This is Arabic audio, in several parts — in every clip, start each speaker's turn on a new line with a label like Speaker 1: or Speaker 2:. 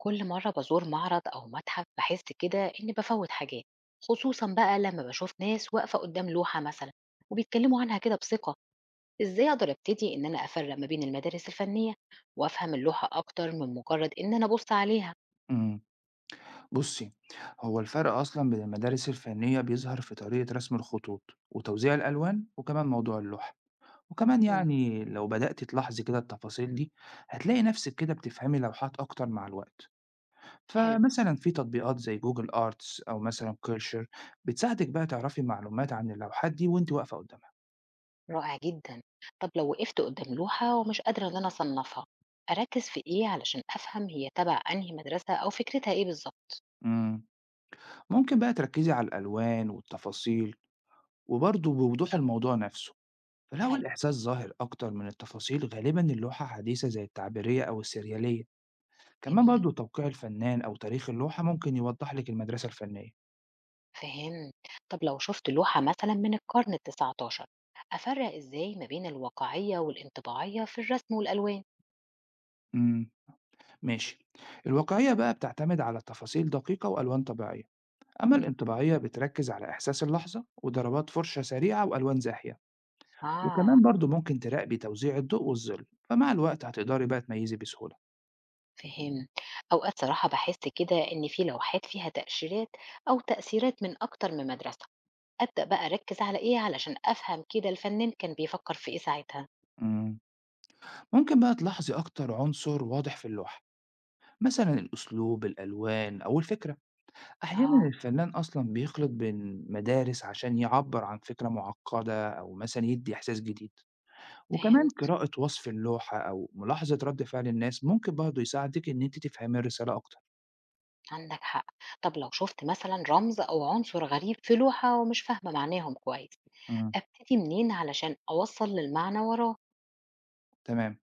Speaker 1: كل مرة بزور معرض أو متحف بحس كده إني بفوت حاجات. خصوصا بقى لما بشوف ناس واقفة قدام لوحة مثلا وبيتكلموا عنها كده بثقة. إزاي أقدر أبتدي إن أنا أفرق ما بين المدارس الفنية وأفهم اللوحة أكتر من مجرد إن أنا أبص عليها؟
Speaker 2: إمم. بُصّي، هو الفرق أصلًا بين المدارس الفنية بيظهر في طريقة رسم الخطوط وتوزيع الألوان وكمان موضوع اللوحة، وكمان
Speaker 1: مم.
Speaker 2: يعني لو بدأتِ تلاحظي كده التفاصيل دي، هتلاقي نَفْسِك كده بتفهمي لوحات أكتر مع الوقت.
Speaker 1: حلو.
Speaker 2: فمثلًا في تطبيقات زي Google Arts أو مثلًا Cursor بتساعدِك بقى تعرفي معلومات عن اللوحات دي وأنتِ واقفة قدّامها.
Speaker 1: رائع جدا. طب لو وقفت قدام لوحة ومش قادرة إن أنا أصنفها، أركز في إيه علشان أفهم هي تبع أنهي مدرسة أو فكرتها إيه بالظبط؟
Speaker 2: إمم. ممكن بقى تركّزي على الألوان والتفاصيل وبرضه بوضوح الموضوع نَفْسه. فلو
Speaker 1: حلو.
Speaker 2: الإحساس ظاهر أكتر من التفاصيل غالبا اللوحة حديثة زي التعبيرية أو السريالية. كمان
Speaker 1: جميل.
Speaker 2: برضو توقيع الفنان أو تاريخ اللوحة ممكن يوضح لك المدرسة الفنية.
Speaker 1: فهمت. طب لو شفت لوحة مثلا من القرن 19، أفرق إزاي ما بين الواقعية والانطباعية في الرسم والألوان؟
Speaker 2: امم ماشي. الواقعية بقى بتعتمد على تفاصيل دقيقة وألوان طبيعية، أما
Speaker 1: مم.
Speaker 2: الانطباعية بتركز على إحساس اللحظة وضربات فرشة سريعة وألوان زاحية.
Speaker 1: آه.
Speaker 2: وكمان برضو ممكن تراقبي توزيع الضوء والظل، فمع الوقت هتقدري بقى تميزي بسهولة.
Speaker 1: فهمت. أوقات صراحة بحس كده إن في لوحات فيها تأشيرات أو تأثيرات من أكتر من مدرسة. أبدأ بقى أركز على إيه علشان أفهم كده الفنان كان بيفكر في إيه ساعتها؟
Speaker 2: امم ممكن بقى تلاحظي أكتر عنصر واضح في اللوحة، مثلا الأسلوب الألوان أو الفكرة. أحيانا
Speaker 1: آه.
Speaker 2: الفنان أصلا بيخلط بين مدارس عشان يعبر عن فكرة معقدة أو مثلا يدي إحساس جديد. وكمان
Speaker 1: فهمت.
Speaker 2: قراءة وصف اللوحة أو ملاحظة رد فعل الناس ممكن برضه يساعدك إن أنت تفهمي الرسالة أكتر.
Speaker 1: عندك حق. طب لو شفت مثلا رمز أو عنصر غريب في لوحة ومش فاهمة معناهم كويس،
Speaker 2: مم.
Speaker 1: أبتدي منين علشان أوصل للمعنى وراه؟
Speaker 2: تمام.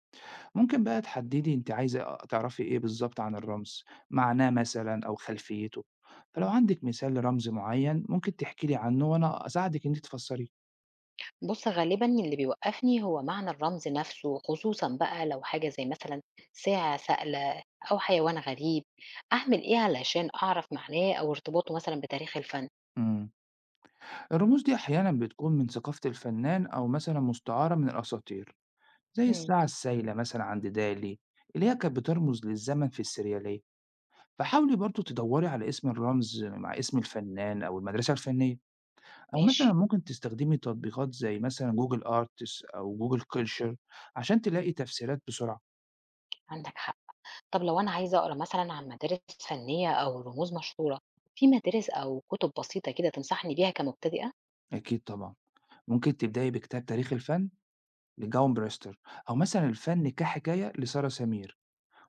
Speaker 2: ممكن بقى تحددي أنت عايزة تعرفي إيه بالظبط عن الرمز، معناه مثلا أو خلفيته. فلو عندك مثال لرمز معين ممكن تحكي لي عنه وأنا أساعدك إن أنت تفسريه.
Speaker 1: بُص، غالبًا اللي بيوقّفني هو معنى الرمز نَفْسه، خصوصًا بقى لو حاجة زي مثلًا ساعة سائلة أو حيوان غريب، أعمل إيه علشان أعرف معناه أو ارتباطه مثلًا بتاريخ الفن؟
Speaker 2: مم. الرموز دي أحيانا بتكون من ثقافة الفنان أو مثلا مستعارة من الأساطير، زي
Speaker 1: إمم.
Speaker 2: الساعة السايلة مثلا عند دالي، اللي هي كانت بترمز للزمن في السريالية. فحاولي برضو تدوري على اسم الرمز مع اسم الفنان أو المدرسة الفنية، أو مثلا
Speaker 1: ماشي.
Speaker 2: ممكن تستخدمي تطبيقات زي مثلا جوجل آرتس أو جوجل كلشر عشان تلاقي تفسيرات بسرعة.
Speaker 1: عندك حق. طب لو أنا عايزة أقرا مثلًا عن مدارس فنية أو رموز مشهورة، في مدارس أو كُتب بسيطة كده تنصحني بيها كمبتدئة؟
Speaker 2: أكيد طبعا. ممكن تبدأي بكتاب تاريخ الفن لجاون بريستر، أو مثلا الفن كحكاية لسارة سمير،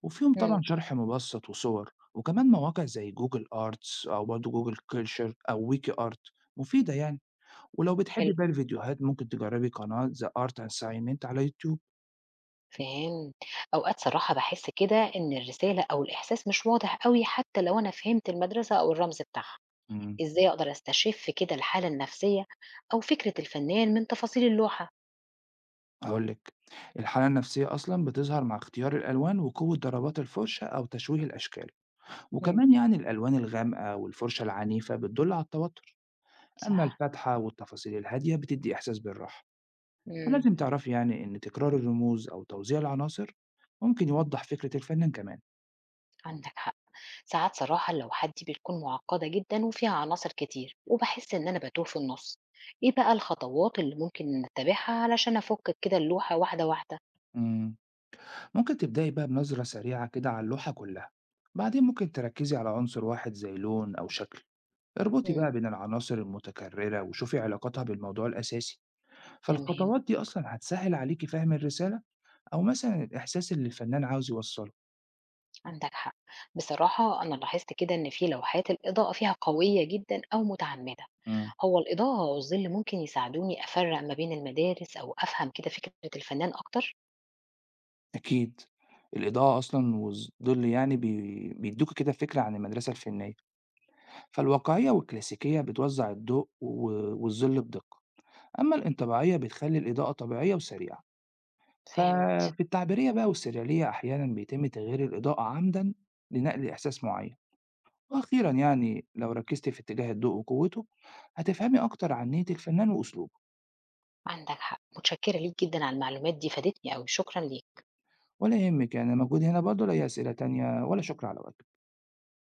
Speaker 2: وفيهم
Speaker 1: إمم.
Speaker 2: طبعا شرح مبسط وصور. وكمان مواقع زي جوجل آرتس أو برضو جوجل كلشر أو ويكي آرت مفيدة يعني. ولو
Speaker 1: حلو.
Speaker 2: بتحبي بقى الفيديوهات ممكن تجربي قناة The Art Assignment على يوتيوب.
Speaker 1: فهمت. أوقات صراحة باحس كده إن الرسالة أو الإحساس مش واضح أوي حتى لو أنا فهمت المدرسة أو الرمز بتاعها.
Speaker 2: امم
Speaker 1: إزاي أقدر أستشِف كده الحالة النفسية أو فكرة الفنان من تفاصيل اللوحة؟
Speaker 2: هقول لك. الحالة النفسية أصلا بتظهر مع اختيار الألوان وقوة ضربات الفرشة أو تشويه الأشكال،
Speaker 1: إمم،
Speaker 2: وكمان يعني الألوان الغامقة والفرشة العنيفة بتدل على التوتر، أما
Speaker 1: صح.
Speaker 2: الفاتحة والتفاصيل الهادية بتدي إحساس بالراحة.
Speaker 1: إمم،
Speaker 2: فلازم تعرفي يعني إن تكرار الرموز أو توزيع العناصر ممكن يوضح فكرة الفنان كمان.
Speaker 1: عندك حق. ساعات صراحة لوحاتي بتكون معقّدة جدًا وفيها عناصر كتير وباحس إن أنا باتوه في النُص. إيه بقى الخطوات اللي ممكن أتّبعها علشان أفُك كده اللوحة واحدة، واحدة؟
Speaker 2: امم ممكن تبدأي بقى بنظرة سريعة كده على اللوحة كلها، بعدين ممكن تركزي على عنصر واحد زي لون أو شكل. اربطي
Speaker 1: إمم.
Speaker 2: بقى بين العناصر المتكررة وشوفي علاقتها بالموضوع الأساسي.
Speaker 1: تمام،
Speaker 2: فالخطوات دي أصلا هتسهل عليكي فهم الرسالة، أو مثلا الإحساس اللي الفنان عاوز يوصله.
Speaker 1: عندك حق. بصراحة أنا لاحظت كده إن في لوحات الإضاءة فيها قوية جدًا أو متعمِّدة.
Speaker 2: مم.
Speaker 1: هو الإضاءة أو الظِل ممكن يساعدوني أفرّق ما بين المدارس أو أفهم كده فكرة الفنان أكتر؟
Speaker 2: أكيد. الإضاءة أصلا والظل يعني بيدوك كده فكرة عن المدرسة الفنية. فالواقعية والكلاسيكية بتوزع الضوء والظل بدقة، أما الانطباعية بتخلي الإضاءة طبيعية وسريعة.
Speaker 1: فهمت،
Speaker 2: ففي التعبيرية بقى والسريالية أحيانا بيتم تغيير الإضاءة عمدا لنقل إحساس معين. وأخيرا يعني لو ركزتي في اتجاه الضوء وقوته هتفهمي أكتر عن نية الفنان وأسلوبه.
Speaker 1: عندك حق، متشكرة ليك جدًا على المعلومات دي، فادتني أوي، شكرًا ليك.
Speaker 2: ولا يهمك يعني، مجهودي هنا. برضه لا هي أسئلة تانية ولا شكر على وجهك.